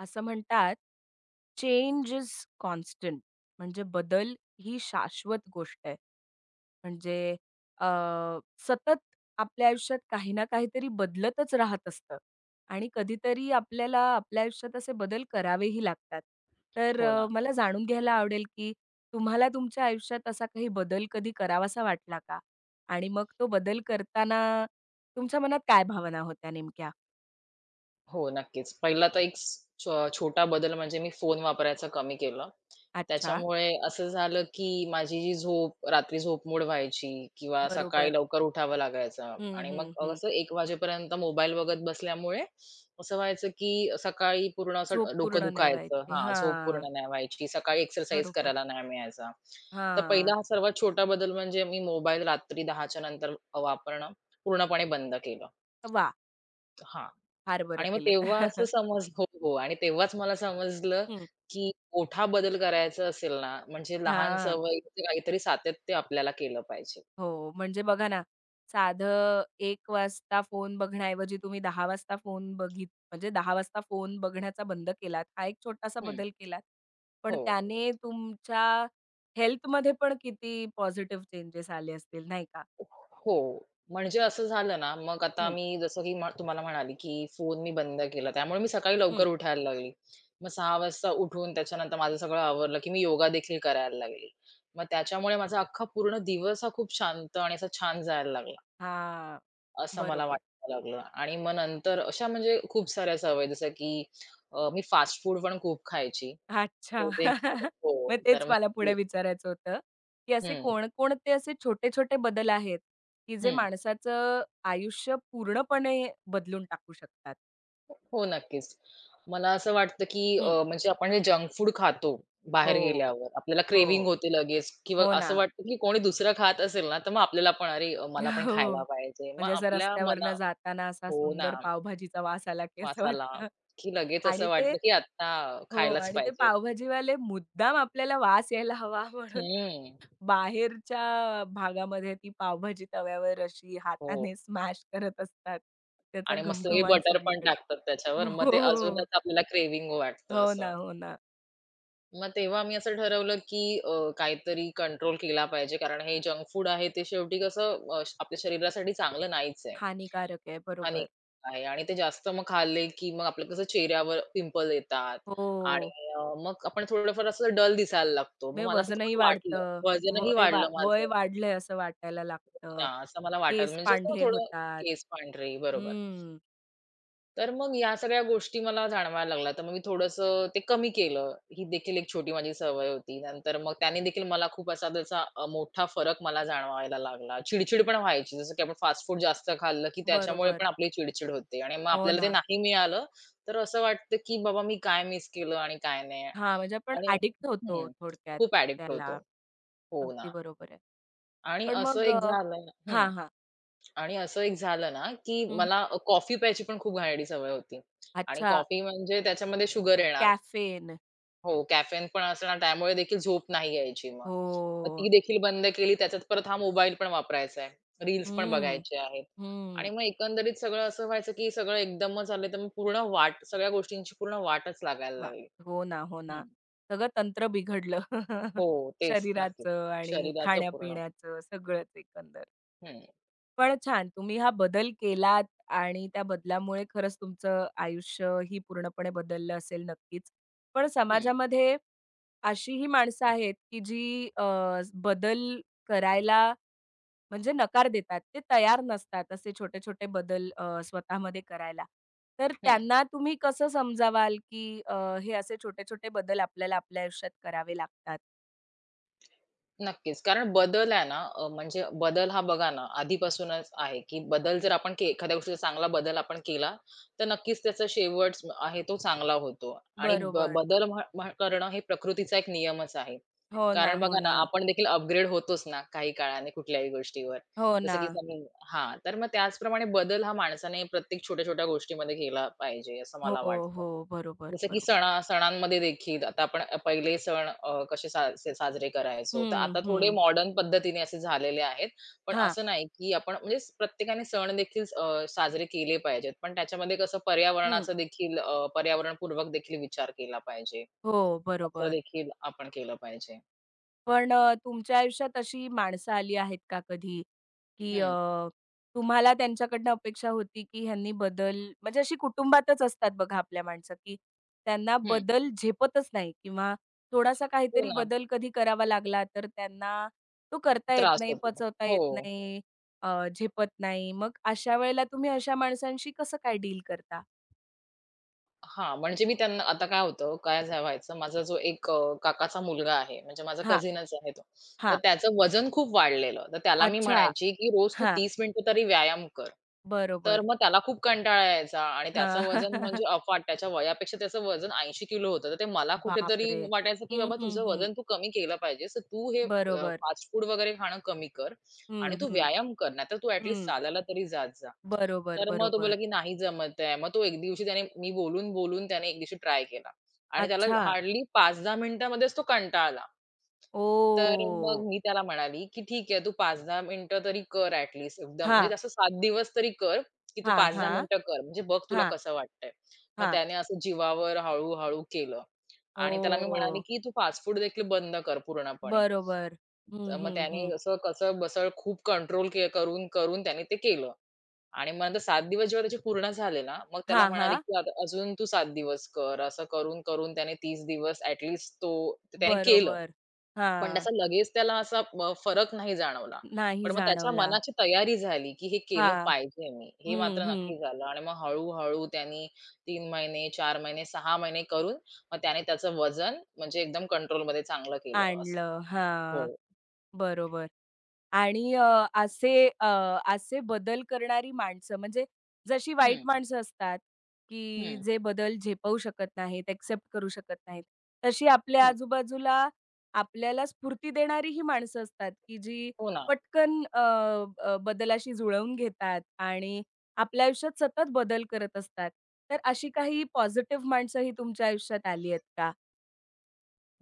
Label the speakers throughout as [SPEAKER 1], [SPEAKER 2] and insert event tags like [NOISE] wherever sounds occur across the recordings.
[SPEAKER 1] असं म्हणतात, "change is constant." म्हणजे बदल ही शाश्वत गोष्ट आहे. म्हणजे अ, सतत आपल्या आयुष्यात काही ना काहीतरी बदलतच राहत असतं आणि कधीतरी आपल्याला आपल्या आयुष्यात असे बदल करावेही लागतात. तर
[SPEAKER 2] हो ना.
[SPEAKER 1] मला जाणून घ्यायला आवडेल, की तुम्हाला तुमच्या आयुष्यात असा काही बदल कधी करावासा वाटला का? आणि मग तो बदल करताना तुमच्या मनात काय भावना होत्या नेमक्या?
[SPEAKER 2] हो, नक्कीच. पहिला तर एक छोटा बदल म्हणजे मी फोन वापरायचं कमी केलं.
[SPEAKER 1] अच्छा,
[SPEAKER 2] त्याच्यामुळे असं झालं, की माझी जी झोप रात्री झोपमोड व्हायची किंवा सकाळी
[SPEAKER 1] बरोबर.
[SPEAKER 2] लवकर उठावं लागायचं
[SPEAKER 1] हं,
[SPEAKER 2] आणि
[SPEAKER 1] हं,
[SPEAKER 2] मग
[SPEAKER 1] हं.
[SPEAKER 2] असं 1 वाजेपर्यंत मोबाईल बघत बसल्यामुळे असं व्हायचं, की सकाळी पूर्ण असं
[SPEAKER 1] झोप
[SPEAKER 2] डोकं
[SPEAKER 1] पूर्ण नाही
[SPEAKER 2] दुखायचं
[SPEAKER 1] व्हायची.
[SPEAKER 2] हां, झोप
[SPEAKER 1] हां,
[SPEAKER 2] पूर्ण नाही व्हायची. सकाळी एक्सरसाइज
[SPEAKER 1] बरोबर.
[SPEAKER 2] करायला नाही मिळायचा. तर पहिला
[SPEAKER 1] हां.
[SPEAKER 2] हा सर्वात छोटा बदल म्हणजे मी मोबाईल रात्री 10:00च्या नंतर वापरणं पूर्णपणे बंद केलं.
[SPEAKER 1] वा,
[SPEAKER 2] हां.
[SPEAKER 1] फार बरं
[SPEAKER 2] आणि मग
[SPEAKER 1] केलंत.
[SPEAKER 2] तेव्हा असं
[SPEAKER 1] [LAUGHS]
[SPEAKER 2] समज हो, हो. आणि तेव्हाच मला समजलं,
[SPEAKER 1] हं.
[SPEAKER 2] की मोठा बदल करायचा असेल ना, म्हणजे लहान
[SPEAKER 1] हां.
[SPEAKER 2] सवयीचं काहीतरी सातत्य आपल्याला केलं पाहिजे.
[SPEAKER 1] हो, म्हणजे बघा ना, साधं 1 वाजता फोन बघण्याऐवजी तुम्ही 10 वाजता फोन बघित म्हणजे 10 वाजता फोन बघण्याचा बंद केलात. हा एक छोटासा
[SPEAKER 2] हं.
[SPEAKER 1] बदल केलात. पण
[SPEAKER 2] हो.
[SPEAKER 1] त्याने तुमच्या हेल्थमध्ये पण किती पॉझिटिव्ह चेंजेस आले असतील, नाही का?
[SPEAKER 2] हो. म्हणजे असं झालं ना, मग आता
[SPEAKER 1] हं,
[SPEAKER 2] मी जसं की तुम्हाला म्हणाली, की फोन मी बंद केला. त्यामुळे मी सकाळी
[SPEAKER 1] हं.
[SPEAKER 2] लवकर उठायला लागली. मग 6:00 वाजता उठून त्याच्यानंतर माझं सगळं आवरलं, की मी योगा देखील करायला लागली. मग त्याच्यामुळे माझा अख्खा पूर्ण दिवस हा खूप शांत आणि असा छान जायला लागला.
[SPEAKER 1] हां,
[SPEAKER 2] असं मला
[SPEAKER 1] बरोबर.
[SPEAKER 2] वाटायला लागलं आणि मग नंतर अशा म्हणजे खूप साऱ्या सवयी जसं की मी फास्ट फूड पण खूप खायची. ते
[SPEAKER 1] अच्छा.
[SPEAKER 2] देखील
[SPEAKER 1] [LAUGHS]
[SPEAKER 2] हो,
[SPEAKER 1] मग
[SPEAKER 2] तर
[SPEAKER 1] तेच
[SPEAKER 2] मग
[SPEAKER 1] मला
[SPEAKER 2] ती
[SPEAKER 1] पुढे विचारायचं होतं, की असे
[SPEAKER 2] हं,
[SPEAKER 1] कोणकोणते असे छोटे-छोटे बदल आहेत, की जे
[SPEAKER 2] हं.
[SPEAKER 1] माणसाचं आयुष्य पूर्णपणे बदलून टाकू शकतात?
[SPEAKER 2] हो, नक्कीच. मला असं वाटतं की
[SPEAKER 1] हं.
[SPEAKER 2] म्हणजे आपण हे जंक फूड खातो बाहेर
[SPEAKER 1] हो,
[SPEAKER 2] गेल्यावर, आपल्याला क्रेव्हिंग
[SPEAKER 1] हो.
[SPEAKER 2] होते लगेच किंवा
[SPEAKER 1] हो
[SPEAKER 2] असं
[SPEAKER 1] ना.
[SPEAKER 2] वाटतं की कोणी दुसरं खात असेल ना, तर मग आपल्याला पण अरे मला पण
[SPEAKER 1] [LAUGHS] हो.
[SPEAKER 2] खायला पाहिजे. मग
[SPEAKER 1] म्हणजे असं
[SPEAKER 2] आपल्या मना
[SPEAKER 1] रस्त्यावरनं जाताना असा
[SPEAKER 2] हो ना,
[SPEAKER 1] सुंदर पावभाजीचा वास आला, की
[SPEAKER 2] वास
[SPEAKER 1] असं वाटतं
[SPEAKER 2] की लगेच
[SPEAKER 1] आणि
[SPEAKER 2] असं
[SPEAKER 1] ते
[SPEAKER 2] वाटतं की आता
[SPEAKER 1] हो,
[SPEAKER 2] खायलाच
[SPEAKER 1] आणि ते
[SPEAKER 2] पाहिजे.
[SPEAKER 1] पावभाजीवाले मुद्दाम आपल्याला वास यायला हवा म्हणून
[SPEAKER 2] हं.
[SPEAKER 1] बाहेरच्या भागामध्ये ती पावभाजी तव्यावर अशी
[SPEAKER 2] हो.
[SPEAKER 1] हाताने स्मॅश करत असतात. त्याचा
[SPEAKER 2] आणि मग सगळे
[SPEAKER 1] घमघमाट
[SPEAKER 2] बटर पण
[SPEAKER 1] सगळीकडे.
[SPEAKER 2] टाकतात त्याच्यावर.
[SPEAKER 1] हो,
[SPEAKER 2] मग ते
[SPEAKER 1] हो.
[SPEAKER 2] अजूनच आपल्याला क्रेव्हिंग वाटतं
[SPEAKER 1] हो
[SPEAKER 2] असं.
[SPEAKER 1] ना, हो ना.
[SPEAKER 2] मग तेव्हा मी असं ठरवलं, की काहीतरी कंट्रोल केला पाहिजे कारण हे जंक फूड आहे ते शेवटी कसं आपल्या शरीरासाठी चांगलं नाहीच आहे.
[SPEAKER 1] हानिकारक आहे. बरोबर.
[SPEAKER 2] हानिकारक आहे आणि ते जास्त मग खाल्ले, की मग आपलं कसं चेहऱ्यावर पिंपल येतात
[SPEAKER 1] हो.
[SPEAKER 2] आणि मग आपण थोडंफार असं डल दिसायला लागतो. मग
[SPEAKER 1] म्हणजे
[SPEAKER 2] मला असं
[SPEAKER 1] वजनही
[SPEAKER 2] थोडं वाटलं.
[SPEAKER 1] वाढतं.
[SPEAKER 2] वजनही
[SPEAKER 1] वय वा
[SPEAKER 2] वाढलं माझं.
[SPEAKER 1] वय
[SPEAKER 2] हो
[SPEAKER 1] वाढलंय असं वाटायला
[SPEAKER 2] ना,
[SPEAKER 1] लागतं.
[SPEAKER 2] असं मला वाटायला
[SPEAKER 1] केस
[SPEAKER 2] म्हणजे असं
[SPEAKER 1] पांढरे
[SPEAKER 2] थोडं
[SPEAKER 1] होतात.
[SPEAKER 2] केस पांढरे, बरोबर.
[SPEAKER 1] हं.
[SPEAKER 2] तर मग या सगळ्या गोष्टी मला जाणवायला लागल्या. तर मग मी थोडंसं ते कमी केलं. ही देखील एक छोटी माझी सवय होती. नंतर मग त्याने देखील मला खूप असा त्याचा मोठा फरक मला जाणवायला लागला. चिडचिड पण व्हायची. जसं की आपण फास्ट फूड जास्त खाल्लं, की त्याच्यामुळे पण
[SPEAKER 1] बरोबर.
[SPEAKER 2] आपली चिडचिड होते आणि मग
[SPEAKER 1] हो
[SPEAKER 2] आपल्याला ते
[SPEAKER 1] ना.
[SPEAKER 2] नाही मिळालं, तर असं वाटतं की बाबा मी काय मिस केलं आणि काय नाही
[SPEAKER 1] हां, म्हणजे आपण
[SPEAKER 2] आणि
[SPEAKER 1] ॲडिक्ट होतो
[SPEAKER 2] हं.
[SPEAKER 1] थोडक्यात
[SPEAKER 2] खूप ॲडिक्ट होतो.
[SPEAKER 1] त्याला.
[SPEAKER 2] हो
[SPEAKER 1] अगदी
[SPEAKER 2] ना.
[SPEAKER 1] बरोबर आहे.
[SPEAKER 2] आणि
[SPEAKER 1] पण
[SPEAKER 2] असं
[SPEAKER 1] मग
[SPEAKER 2] एक झालं हं.
[SPEAKER 1] हां, हां.
[SPEAKER 2] आणि असं एक झालं ना, की
[SPEAKER 1] हं.
[SPEAKER 2] मला कॉफी प्यायची पण खूप घाणेरडी सवय होती आणि
[SPEAKER 1] अच्छा.
[SPEAKER 2] कॉफी म्हणजे त्याच्यामध्ये शुगर येणार.
[SPEAKER 1] कॅफेन.
[SPEAKER 2] हो, कॅफेन पण असणार त्यामुळे देखील झोप नाही यायची मग. मग
[SPEAKER 1] हो.
[SPEAKER 2] ती देखील बंद केली. त्याच्यात परत हा मोबाईल पण वापरायचा आहे. रील्स पण
[SPEAKER 1] हं,
[SPEAKER 2] बघायचे आहेत आणि
[SPEAKER 1] हं.
[SPEAKER 2] मग एकंदरीत सगळं असं व्हायचं, की सगळं एकदमच आलं, तर मग पूर्ण वाट सगळ्या गोष्टींची पूर्ण वाटच लागायला
[SPEAKER 1] वाह!
[SPEAKER 2] लागली.
[SPEAKER 1] हो ना, हो ना.
[SPEAKER 2] हं.
[SPEAKER 1] सगळं तंत्र बिघडलं.
[SPEAKER 2] हो,
[SPEAKER 1] [LAUGHS]
[SPEAKER 2] तेच नक्कीच.
[SPEAKER 1] शरीराचं आणि
[SPEAKER 2] शरीराचं पूर्ण.
[SPEAKER 1] खाण्या-पिण्याचं सगळंच एकंदर.
[SPEAKER 2] हं,
[SPEAKER 1] पण छान. तुम्ही हा बदल केलात आणि त्या बदलामुळे खरंच तुमचं आयुष्यही पूर्णपणे बदललं असेल नक्कीच. पण
[SPEAKER 2] हं,
[SPEAKER 1] समाजामध्ये अशीही माणसं आहेत, की जी बदल करायला म्हणजे नकार देतात. ते तयार नसतात असे छोटे-छोटे बदल स्वतःमध्ये करायला. तर
[SPEAKER 2] हं.
[SPEAKER 1] त्यांना तुम्ही कसं समजावाल, की हे असे छोटे-छोटे बदल आपल्याला आपल्या आयुष्यात करावे लागतात?
[SPEAKER 2] नक्कीच. कारण बदल आहे ना म्हणजे बदल हा बघा ना आधीपासूनच आहे, की बदल जर आपण एखाद्या गोष्टीचा चांगला बदल आपण केला, तर नक्कीच त्याचा शेवट आहे तो चांगला होतो. आणि
[SPEAKER 1] बरोबर.
[SPEAKER 2] बदल म्ह म्ह करणं हे प्रकृतीचा एक नियमच आहे.
[SPEAKER 1] हो ना,
[SPEAKER 2] कारण
[SPEAKER 1] हो
[SPEAKER 2] बघा ना,
[SPEAKER 1] ना.
[SPEAKER 2] आपण देखील अपग्रेड होतोच ना काही काळाने कुठल्याही गोष्टीवर.
[SPEAKER 1] हो
[SPEAKER 2] जसं
[SPEAKER 1] ना.
[SPEAKER 2] की समज हां, तर मग त्याचप्रमाणे बदल हा माणसाने प्रत्येक छोट्या-छोट्या गोष्टीमध्ये केला पाहिजे, असं
[SPEAKER 1] हो,
[SPEAKER 2] मला वाटतं.
[SPEAKER 1] हो. बरोबर,
[SPEAKER 2] जसं की
[SPEAKER 1] बरोबर.
[SPEAKER 2] सणा सणांमध्ये देखील आता आपण पहिले सण कसे सा से साजरे करायचो. तर
[SPEAKER 1] हं,
[SPEAKER 2] आता थोडे
[SPEAKER 1] हं.
[SPEAKER 2] मॉडर्न पद्धतीने असे झालेले आहेत. पण
[SPEAKER 1] हां.
[SPEAKER 2] असं नाही की आपण म्हणजे प्रत्येकाने सण देखील साजरे केले पाहिजेत. पण त्याच्यामध्ये कसं
[SPEAKER 1] हं.
[SPEAKER 2] पर्यावरणाचा देखील पर्यावरणपूर्वक देखील विचार केला पाहिजे.
[SPEAKER 1] हो,
[SPEAKER 2] त्याचं
[SPEAKER 1] बरोबर.
[SPEAKER 2] देखील आपण केलं पाहिजे.
[SPEAKER 1] पण तुमच्या आयुष्यात अशी माणसं आली आहेत का कधी, की
[SPEAKER 2] हं,
[SPEAKER 1] तुम्हाला त्यांच्याकडनं अपेक्षा होती, की ह्यांनी बदल म्हणजे अशी कुटुंबातच असतात बघा आपल्या माणसं, की त्यांना
[SPEAKER 2] हं.
[SPEAKER 1] बदल झेपतच नाही किंवा थोडासा
[SPEAKER 2] हो
[SPEAKER 1] काहीतरी
[SPEAKER 2] ना.
[SPEAKER 1] बदल कधी करावा लागला, तर त्यांना तो करता येत
[SPEAKER 2] त्रास
[SPEAKER 1] नाही,
[SPEAKER 2] होतो.
[SPEAKER 1] पचवता
[SPEAKER 2] हो.
[SPEAKER 1] येत नाही, झेपत नाही. मग अशा वेळेला तुम्ही अशा माणसांशी कसं काय डील करता?
[SPEAKER 2] हां, म्हणजे मी त्यांना आता काय होतं, काय झा व्हायचं माझा जो एक काकाचा मुलगा आहे, म्हणजे माझा
[SPEAKER 1] हां,
[SPEAKER 2] कझिनच आहे तो. तर
[SPEAKER 1] हां.
[SPEAKER 2] त्याचं वजन खूप वाढलेलं. तर त्याला मी
[SPEAKER 1] अच्छा.
[SPEAKER 2] म्हणायची, की "रोज तू
[SPEAKER 1] हां,
[SPEAKER 2] 30 मिनिटं तरी व्यायाम कर." तर
[SPEAKER 1] बरोबर.
[SPEAKER 2] मग त्याला खूप कंटाळा यायचा आणि त्याचं
[SPEAKER 1] हां.
[SPEAKER 2] वजन म्हणजे
[SPEAKER 1] [LAUGHS]
[SPEAKER 2] अफाट त्याच्या वयापेक्षा त्याचं वजन 80 किलो होतं. तर ते मला कुठेतरी
[SPEAKER 1] बापरे!
[SPEAKER 2] वाटायचं, की
[SPEAKER 1] हं,
[SPEAKER 2] "बाबा
[SPEAKER 1] हं,
[SPEAKER 2] तुझं
[SPEAKER 1] हं.
[SPEAKER 2] वजन तू कमी केलं पाहिजेस. तर तू हे
[SPEAKER 1] बरोबर.
[SPEAKER 2] फास्ट फूड वगैरे खाणं कमी कर आणि
[SPEAKER 1] हं,
[SPEAKER 2] तू
[SPEAKER 1] हं,
[SPEAKER 2] व्यायाम कर. नाहीतर तू ॲट
[SPEAKER 1] हं.
[SPEAKER 2] चालायला तरी जात जा."
[SPEAKER 1] बरोबर,
[SPEAKER 2] तर मग तो
[SPEAKER 1] बरोबर.
[SPEAKER 2] बोलला, की नाही जमत आहे. मग तो एक दिवशी मी बोलून-बोलून त्याने एक दिवशी ट्राय केला आणि त्याला
[SPEAKER 1] अच्छा.
[SPEAKER 2] हार्डली 5-10 मिनिटामध्येच तो कंटाळला. तर मग
[SPEAKER 1] ओ,
[SPEAKER 2] मी त्याला म्हणाली, की "ठीक आहे, तू 5-10 मिनिटं तरी कर ॲट लीस्ट एकदम म्हणजे
[SPEAKER 1] हां,
[SPEAKER 2] असं 7 दिवस तरी कर, की तू
[SPEAKER 1] हां,
[SPEAKER 2] 5-10
[SPEAKER 1] हां,
[SPEAKER 2] मिनिटं कर. म्हणजे बघ तुला
[SPEAKER 1] हां,
[SPEAKER 2] कसं वाटतंय." मग
[SPEAKER 1] हां.
[SPEAKER 2] त्याने असं जीवावर हळू केलं आणि त्याला मी म्हणाले,
[SPEAKER 1] ओह!
[SPEAKER 2] की "तू फास्ट फूड देखील बंद कर पूर्णपणे."
[SPEAKER 1] बरोबर. हं,
[SPEAKER 2] तर मग
[SPEAKER 1] हं,
[SPEAKER 2] त्याने
[SPEAKER 1] हं.
[SPEAKER 2] असं कसं बसं खूप कंट्रोल करून-करून त्याने ते केलं. आणि मग नंतर 7 दिवस जेव्हा त्याचे पूर्ण झाले ना, मग त्याला
[SPEAKER 1] हां,
[SPEAKER 2] म्हणाले,
[SPEAKER 1] हां.
[SPEAKER 2] की "आता अजून तू 7 दिवस कर." असं करून-करून त्याने 30 दिवस ॲट लीस्ट तो ते त्याने केलं.
[SPEAKER 1] बरोबर.
[SPEAKER 2] पण
[SPEAKER 1] हां.
[SPEAKER 2] त्याचा लगेच त्याला असा फरक नाही जाणवला.
[SPEAKER 1] नाही
[SPEAKER 2] पण मग त्याच्या
[SPEAKER 1] जाणवला.
[SPEAKER 2] मनाची तयारी झाली, की हे केलं
[SPEAKER 1] हां.
[SPEAKER 2] पाहिजे मी. हे मात्र
[SPEAKER 1] हं, हं.
[SPEAKER 2] नक्की झालं आणि मग हळू-हळू त्याने महिने, 4 महिने, 6 महिने करून मग त्याने त्याचं वजन म्हणजे एकदम कंट्रोलमध्ये चांगलं केलं असं.
[SPEAKER 1] आणलं.
[SPEAKER 2] हो.
[SPEAKER 1] हां. बरोबर. आणि असे बदल करणारी माणसं म्हणजे जशी वाईट
[SPEAKER 2] हं,
[SPEAKER 1] माणसं असतात, की
[SPEAKER 2] हं,
[SPEAKER 1] जे बदल झेपवू शकत नाहीत, एक्सेप्ट करू शकत नाहीत. तशी आपल्या
[SPEAKER 2] हं.
[SPEAKER 1] आजूबाजूला आपल्याला स्फूर्ती देणारी ही माणसं असतात, की जी
[SPEAKER 2] हो ना.
[SPEAKER 1] पटकन अ, अ, बदलाशी जुळवून घेतात आणि आपल्या आयुष्यात सतत बदल करत असतात. तर अशी काही पॉझिटिव्ह माणसंही तुमच्या आयुष्यात आली आहेत का?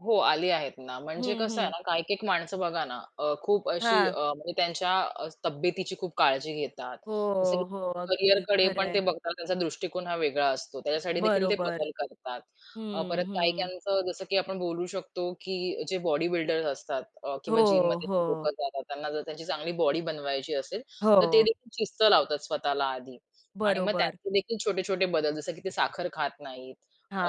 [SPEAKER 2] हो, आली आहेत ना. म्हणजे
[SPEAKER 1] हं,
[SPEAKER 2] कसं आहे
[SPEAKER 1] हं.
[SPEAKER 2] ना, काही-काही माणसं बघा ना, खूप अशी
[SPEAKER 1] हां.
[SPEAKER 2] म्हणजे त्यांच्या तब्येतीची खूप काळजी घेतात.
[SPEAKER 1] हो,
[SPEAKER 2] जसं की
[SPEAKER 1] हो. अगदी
[SPEAKER 2] करिअरकडे पण ते
[SPEAKER 1] खरंय.
[SPEAKER 2] बघतात, त्यांचा दृष्टिकोन हा वेगळा असतो. त्याच्यासाठी देखील ते
[SPEAKER 1] बरोबर.
[SPEAKER 2] बदल करतात.
[SPEAKER 1] हं,
[SPEAKER 2] परत
[SPEAKER 1] हं.
[SPEAKER 2] काही-काहींचं जसं की आपण बोलू शकतो, की जे बॉडी बिल्डर्स असतात किंवा
[SPEAKER 1] हो,
[SPEAKER 2] जिममध्ये जी
[SPEAKER 1] हो,
[SPEAKER 2] लोकं जातात, त्यांना जर त्यांची चांगली बॉडी बनवायची असेल,
[SPEAKER 1] हो.
[SPEAKER 2] तर ते देखील शिस्त लावतात स्वतःला आधी आणि मग
[SPEAKER 1] बरोबर.
[SPEAKER 2] त्याचे देखील छोटे-छोटे बदल, जसं की ते साखर खात नाहीत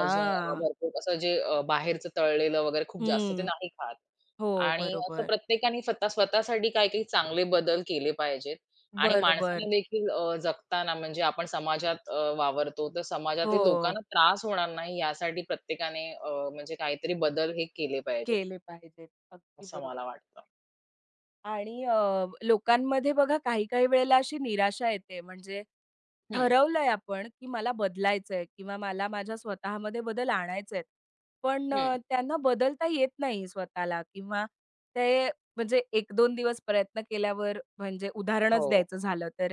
[SPEAKER 2] अजून भरपूर असं जे बाहेरचं तळलेलं वगैरे खूप जास्त ते
[SPEAKER 1] हं.
[SPEAKER 2] नाही खात.
[SPEAKER 1] हो,
[SPEAKER 2] आणि असं
[SPEAKER 1] बरोबर.
[SPEAKER 2] प्रत्येकाने स्वतः स्वतःसाठी काही-काही चांगले बदल केले पाहिजेत. आणि
[SPEAKER 1] बरोबर.
[SPEAKER 2] माणसाने देखील जगताना म्हणजे आपण समाजात वावरतो, तर
[SPEAKER 1] हो.
[SPEAKER 2] समाजातील लोकांना त्रास होणार नाही यासाठी प्रत्येकाने म्हणजे काहीतरी बदल हे केले पाहिजेत,
[SPEAKER 1] केले पाहिजेत. अगदी
[SPEAKER 2] असं
[SPEAKER 1] बरोबर.
[SPEAKER 2] मला वाटतं.
[SPEAKER 1] आणि लोकांमध्ये बघा काही-काही वेळेला अशी निराशा येते. म्हणजे
[SPEAKER 2] हं,
[SPEAKER 1] ठरवलंय आपण, की मला बदलायचंय किंवा मला माझ्या स्वतःमध्ये बदल आणायचेत. पण
[SPEAKER 2] हं.
[SPEAKER 1] त्यांना बदलता येत नाही स्वतःला किंवा ते म्हणजे 1-2 दिवस प्रयत्न केल्यावर म्हणजे उदाहरणच
[SPEAKER 2] हो.
[SPEAKER 1] द्यायचं झालं तर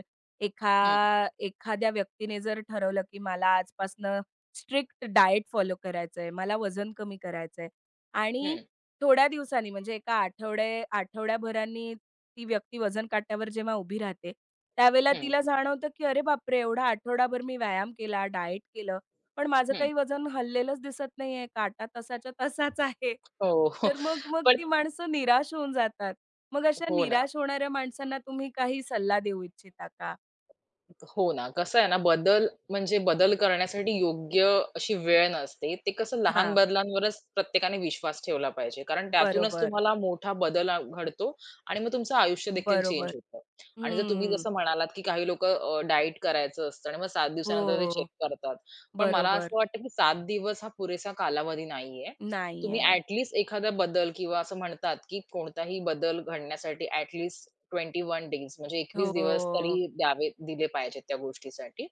[SPEAKER 2] हं,
[SPEAKER 1] एखाद्या व्यक्तीने जर ठरवलं, की मला आजपासनं स्ट्रिक्ट डाएट फॉलो करायचंय, मला वजन कमी करायचंय आणि
[SPEAKER 2] हं,
[SPEAKER 1] थोड्या दिवसांनी म्हणजे एका आठवड्याभरानी ती व्यक्ती वजन काट्यावर जेव्हा उभी राहते, त्यावेळेला
[SPEAKER 2] हं,
[SPEAKER 1] तिला जाणवतं, की "अरे बापरे! एवढा आठवडाभर मी व्यायाम केला, डाएट केलं, पण माझं
[SPEAKER 2] हं.
[SPEAKER 1] काही वजन हललेलंच दिसत नाहीये. काटा तसाच्या तसाच आहे."
[SPEAKER 2] हो, हो.
[SPEAKER 1] तर मग
[SPEAKER 2] [LAUGHS]
[SPEAKER 1] मग
[SPEAKER 2] पण
[SPEAKER 1] ती माणसं निराश होऊन जातात. मग अशा
[SPEAKER 2] हो ना.
[SPEAKER 1] निराश होणाऱ्या माणसांना तुम्ही काही सल्ला देऊ इच्छिता का?
[SPEAKER 2] हो ना. कसं आहे ना, बदल म्हणजे बदल करण्यासाठी योग्य अशी वेळ नसते. ते कसं लहान
[SPEAKER 1] हां.
[SPEAKER 2] बदलांवरच प्रत्येकाने विश्वास ठेवला पाहिजे. कारण त्यातूनच
[SPEAKER 1] बरोबर,
[SPEAKER 2] तुम्हाला मोठा बदल घडतो आणि मग तुमचं आयुष्य देखील चेंज
[SPEAKER 1] बरोबर.
[SPEAKER 2] होतं. आणि जर तुम्ही
[SPEAKER 1] हं.
[SPEAKER 2] जसं म्हणालात, की काही लोकं डाएट करायचं असतं आणि मग 7 दिवसानंतर ते चेक
[SPEAKER 1] हो.
[SPEAKER 2] करतात. पण मला असं
[SPEAKER 1] बरोबर.
[SPEAKER 2] वाटतं, की 7 दिवस हा पुरेसा कालावधी नाहीये. तुम्ही
[SPEAKER 1] नाहीये.
[SPEAKER 2] ॲट लिस्ट एखादा बदल किंवा असं म्हणतात, की कोणताही बदल घडण्यासाठी ॲट लिस्ट 21 डेज म्हणजे 21 दिवस तरी
[SPEAKER 1] हो.
[SPEAKER 2] दिले पाहिजेत त्या गोष्टीसाठी.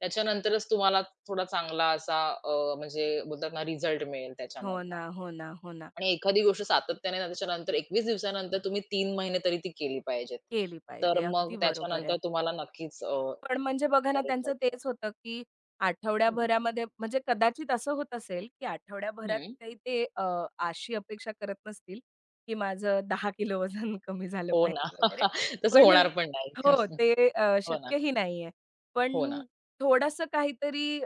[SPEAKER 2] त्याच्यानंतरच तुम्हाला थोडा चांगला असा म्हणजे बोलतात ना रिझल्ट मिळेल
[SPEAKER 1] हो
[SPEAKER 2] त्याच्यामधनं
[SPEAKER 1] ना, हो ना, हो ना.
[SPEAKER 2] आणि एखादी गोष्ट सातत्याने ना त्याच्यानंतर 21 दिवसानंतर तुम्ही 3 महिने तरी ती केली पाहिजेत.
[SPEAKER 1] केली
[SPEAKER 2] तर
[SPEAKER 1] पाहिजे.
[SPEAKER 2] मग
[SPEAKER 1] अगदी बरोबर
[SPEAKER 2] त्याच्यानंतर
[SPEAKER 1] आहे.
[SPEAKER 2] तुम्हाला नक्कीच
[SPEAKER 1] पण म्हणजे बघा ना,
[SPEAKER 2] फरक
[SPEAKER 1] त्यांचं
[SPEAKER 2] पडणार.
[SPEAKER 1] तेच होतं, की
[SPEAKER 2] हं,
[SPEAKER 1] आठवड्याभरामध्ये म्हणजे कदाचित असं होत असेल, की आठवड्याभरात
[SPEAKER 2] हं.
[SPEAKER 1] काही ते अशी अपेक्षा करत नसतील, की माझं 10 किलो वजन [LAUGHS] कमी झालं
[SPEAKER 2] हो ना.
[SPEAKER 1] पाहिजे वगैरे.
[SPEAKER 2] [LAUGHS] तसं
[SPEAKER 1] पण
[SPEAKER 2] होणार पण नाही.
[SPEAKER 1] हो,
[SPEAKER 2] [LAUGHS]
[SPEAKER 1] ते
[SPEAKER 2] हो ना,
[SPEAKER 1] शक्यही नाहीये. पण
[SPEAKER 2] हो ना.
[SPEAKER 1] थोडंसं काहीतरी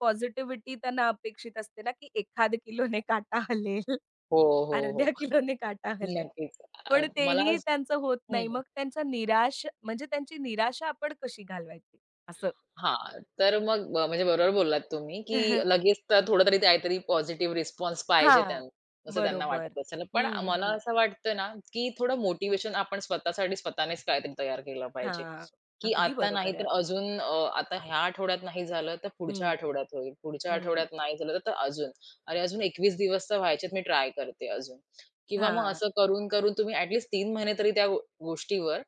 [SPEAKER 1] पॉझिटिव्हिटी त्यांना अपेक्षित असते ना, की 1 किलोने काटा हलेल, [LAUGHS]
[SPEAKER 2] हो, हो,
[SPEAKER 1] अर्ध्या
[SPEAKER 2] हो.
[SPEAKER 1] किलोने काटा हलेल.
[SPEAKER 2] नक्कीच. अ,
[SPEAKER 1] पण
[SPEAKER 2] मला
[SPEAKER 1] तेही
[SPEAKER 2] स-
[SPEAKER 1] त्यांचं होत नाही.
[SPEAKER 2] हं,
[SPEAKER 1] मग त्यांचा निराश म्हणजे त्यांची निराशा आपण कशी घालवायची? असं.
[SPEAKER 2] हां. तर मग म्हणजे बरोबर बोललात तुम्ही, की
[SPEAKER 1] [LAUGHS]
[SPEAKER 2] लगेच तर थोडं तरी काहीतरी पॉझिटिव्ह रिस्पॉन्स पाहिजे
[SPEAKER 1] हां.
[SPEAKER 2] त्यांना, असं त्यांना
[SPEAKER 1] बरोबर.
[SPEAKER 2] वाटत असेल. पण
[SPEAKER 1] हं,
[SPEAKER 2] मला
[SPEAKER 1] हं.
[SPEAKER 2] असं वाटतं ना, की थोडं मोटिव्हेशन आपण स्वतःसाठी स्वतःनेच काहीतरी तयार केलं पाहिजे.
[SPEAKER 1] हां.
[SPEAKER 2] की
[SPEAKER 1] अगदी
[SPEAKER 2] आता नाही
[SPEAKER 1] बरोबर आहे.
[SPEAKER 2] तर अजून आता ह्या आठवड्यात नाही झालं तर पुढच्या
[SPEAKER 1] हं,
[SPEAKER 2] आठवड्यात होईल, पुढच्या
[SPEAKER 1] हं.
[SPEAKER 2] आठवड्यात नाही झालं तर अजून. अरे, अजून 21 दिवस तर व्हायचेत मी ट्राय करते अजून. किंवा मग
[SPEAKER 1] हां.
[SPEAKER 2] असं करून-करून तुम्ही ॲट 3 महिने तरी त्या गो गोष्टीवर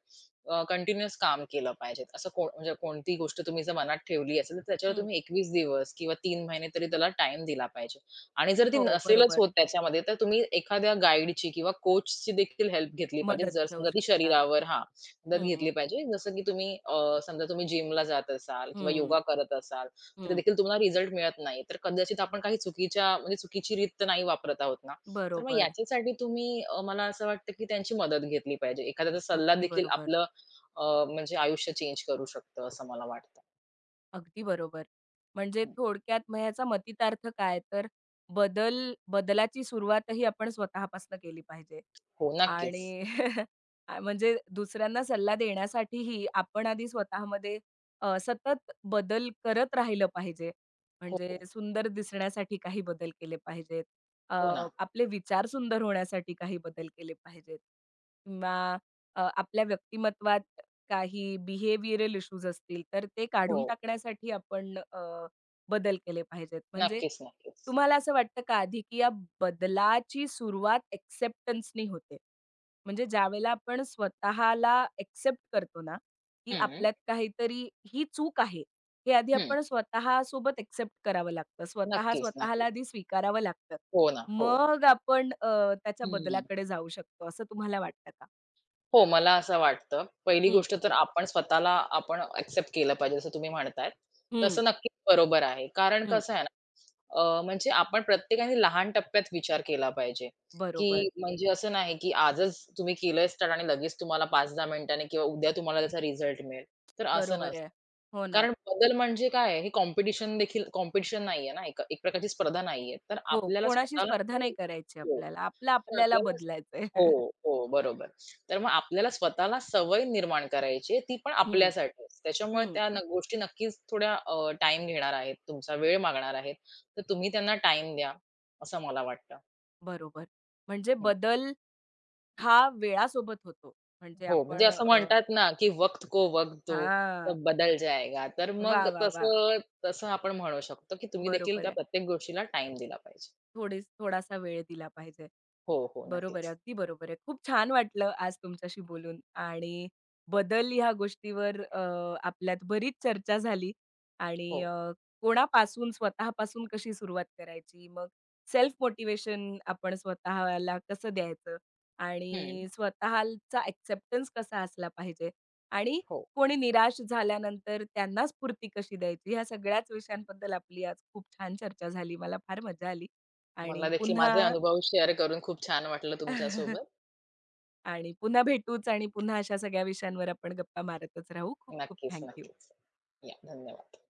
[SPEAKER 2] कंटिन्युअस काम केलं पाहिजे. असं कोणतीही गोष्ट तुम्ही जर मनात ठेवली असेल, तर त्याच्यावर
[SPEAKER 1] हं.
[SPEAKER 2] तुम्ही 21 दिवस किंवा 3 महिने तरी त्याला टाईम दिला पाहिजे. आणि जर ती
[SPEAKER 1] हो,
[SPEAKER 2] नसेलच
[SPEAKER 1] बरोबर.
[SPEAKER 2] होत त्याच्यामध्ये, तर तुम्ही एखाद्या गाईडची किंवा कोचची देखील हेल्प घेतली पाहिजे.
[SPEAKER 1] मदत
[SPEAKER 2] जर
[SPEAKER 1] घेऊ
[SPEAKER 2] समजा ती
[SPEAKER 1] शकता.
[SPEAKER 2] शरीरावर हां, मदत
[SPEAKER 1] हं,
[SPEAKER 2] घेतली पाहिजे. जसं की तुम्ही समजा तुम्ही जिमला जात असाल किंवा
[SPEAKER 1] हं,
[SPEAKER 2] योगा करत असाल, तरी
[SPEAKER 1] हं.
[SPEAKER 2] देखील तुम्हाला रिझल्ट मिळत नाही. तर कदाचित आपण काही चुकीच्या म्हणजे चुकीची रीत तर नाही वापरत आहोत ना. तर मग
[SPEAKER 1] बरोबर.
[SPEAKER 2] याच्यासाठी तुम्ही मला असं वाटतं की त्यांची मदत घेतली पाहिजे. एखाद्याचा सल्ला
[SPEAKER 1] अगदी
[SPEAKER 2] देखील
[SPEAKER 1] बरोबर.
[SPEAKER 2] आपलं अ, म्हणजे आयुष्य चेंज करू शकतं असं मला वाटतं.
[SPEAKER 1] अगदी बरोबर. म्हणजे
[SPEAKER 2] हं.
[SPEAKER 1] थोडक्यात मग ह्याचा मतितार्थ काय? तर बदलाची सुरुवातही आपण स्वतःपासून केली पाहिजे.
[SPEAKER 2] हो, नक्कीच.
[SPEAKER 1] आणि [LAUGHS] म्हणजे दुसऱ्यांना सल्ला देण्यासाठीही आपण आधी स्वतःमध्ये सतत बदल करत राहिलं पाहिजे. म्हणजे
[SPEAKER 2] हो,
[SPEAKER 1] सुंदर दिसण्यासाठी काही बदल केले पाहिजेत. अ,
[SPEAKER 2] हो ना.
[SPEAKER 1] आपले विचार सुंदर होण्यासाठी काही बदल केले पाहिजेत किंवा आपल्या व्यक्तिमत्वात काही बिहेवियरल इश्यूज असतील, तर ते
[SPEAKER 2] हो.
[SPEAKER 1] काढून टाकण्यासाठी आपण बदल केले पाहिजेत. म्हणजे
[SPEAKER 2] नक्कीच, नक्कीच.
[SPEAKER 1] तुम्हाला असं वाटतं का आधी, की या बदलाची सुरुवात एक्सेप्टन्सनी होते? म्हणजे ज्यावेळेला आपण स्वतःला एक्सेप्ट करतो ना, की
[SPEAKER 2] हं,
[SPEAKER 1] आपल्यात काहीतरी ही चूक आहे, हे आधी
[SPEAKER 2] हं.
[SPEAKER 1] आपण स्वतःसोबत एक्सेप्ट करावं लागतं. स्वतः
[SPEAKER 2] नक्कीच,
[SPEAKER 1] स्वतःला
[SPEAKER 2] नक्कीच.
[SPEAKER 1] आधी स्वीकारावं लागतं.
[SPEAKER 2] हो ना. हो.
[SPEAKER 1] मग आपण त्याच्या
[SPEAKER 2] हं.
[SPEAKER 1] बदलाकडे जाऊ शकतो असं तुम्हाला वाटतं का?
[SPEAKER 2] हो, मला असं वाटतं. पहिली
[SPEAKER 1] हं,
[SPEAKER 2] गोष्ट तर आपण स्वतःला एक्सेप्ट केलं पाहिजे, जसं तुम्ही म्हणताय.
[SPEAKER 1] हं,
[SPEAKER 2] तसं नक्कीच बरोबर आहे. कारण
[SPEAKER 1] हं.
[SPEAKER 2] कसं आहे ना, म्हणजे आपण प्रत्येकाने लहान टप्प्यात विचार केला पाहिजे,
[SPEAKER 1] बरोबर.
[SPEAKER 2] की म्हणजे असं नाही, की आजच तुम्ही केलंय स्टार्ट आणि लगेच तुम्हाला 5-10 मिनिटांनी किंवा उद्या तुम्हाला त्याचा रिझल्ट मिळेल. तर असं
[SPEAKER 1] बरोबर
[SPEAKER 2] नसतं.
[SPEAKER 1] आहे. हो ना.
[SPEAKER 2] कारण बदल म्हणजे काय आहे, हे कॉम्पिटिशन नाहीये ना, एक एक प्रकारची स्पर्धा नाहीये. तर
[SPEAKER 1] हो,
[SPEAKER 2] आपल्याला
[SPEAKER 1] कोणाशी
[SPEAKER 2] स्वतःला
[SPEAKER 1] स्पर्धा नाही
[SPEAKER 2] ती
[SPEAKER 1] करायची
[SPEAKER 2] हो.
[SPEAKER 1] आपल्याला. आपलं
[SPEAKER 2] तर
[SPEAKER 1] आपल्याला
[SPEAKER 2] आपल्याला
[SPEAKER 1] बदलायचंय.
[SPEAKER 2] हो,
[SPEAKER 1] [LAUGHS]
[SPEAKER 2] हो, बरोबर. तर मग आपल्याला स्वतःला सवय निर्माण करायची आहे, ती पण
[SPEAKER 1] हं,
[SPEAKER 2] आपल्यासाठीच. त्याच्यामुळे
[SPEAKER 1] हं.
[SPEAKER 2] त्या न गोष्टी नक्कीच थोड्या टाईम घेणार आहेत, तुमचा वेळ मागणार आहेत. तर तुम्ही त्यांना टाइम द्या, असं मला वाटतं.
[SPEAKER 1] बरोबर. म्हणजे
[SPEAKER 2] हं.
[SPEAKER 1] बदल हा वेळासोबत होतो. म्हणजे
[SPEAKER 2] हो, म्हणजे
[SPEAKER 1] आपण
[SPEAKER 2] असं म्हणतात ना, की "वक्त को वक्त दो,
[SPEAKER 1] हां.
[SPEAKER 2] सब बदल जाएगा." तर मग
[SPEAKER 1] वा, वाह, वाह!
[SPEAKER 2] तसं तसं आपण म्हणू शकतो, की तुम्ही देखील
[SPEAKER 1] बरोबर
[SPEAKER 2] त्या
[SPEAKER 1] आहे.
[SPEAKER 2] प्रत्येक गोष्टीला टाईम दिला पाहिजे.
[SPEAKER 1] थोडासा वेळ दिला पाहिजे.
[SPEAKER 2] हो, हो,
[SPEAKER 1] बरोबर आहे,
[SPEAKER 2] नक्कीच.
[SPEAKER 1] अगदी बरोबर आहे. खूप छान वाटलं आज तुमच्याशी बोलून आणि बदल ह्या गोष्टीवर आपल्यात बरीच चर्चा झाली आणि
[SPEAKER 2] हो.
[SPEAKER 1] स्वतःपासून कशी सुरुवात करायची, मग सेल्फ मोटिवेशन आपण स्वतःला कसं द्यायचं
[SPEAKER 2] हं.
[SPEAKER 1] आणि स्वतःचा एक्सेप्टन्स कसा असला पाहिजे आणि
[SPEAKER 2] हो.
[SPEAKER 1] कोणी निराश झाल्यानंतर त्यांना स्फूर्ती कशी द्यायची, ह्या सगळ्याच विषयांबद्दल आपली आज खूप छान चर्चा झाली. मला फार मजा आली. आणि
[SPEAKER 2] मला देखील
[SPEAKER 1] पुन्हा
[SPEAKER 2] माझे अनुभव शेअर करून खूप छान वाटलं तुमच्यासोबत.
[SPEAKER 1] [LAUGHS] आणि पुन्हा भेटूच आणि पुन्हा अशा सगळ्या विषयांवर आपण गप्पा मारतच राहू. खूप खूप
[SPEAKER 2] नक्कीच,
[SPEAKER 1] थँक
[SPEAKER 2] नक्कीच. या, धन्यवाद.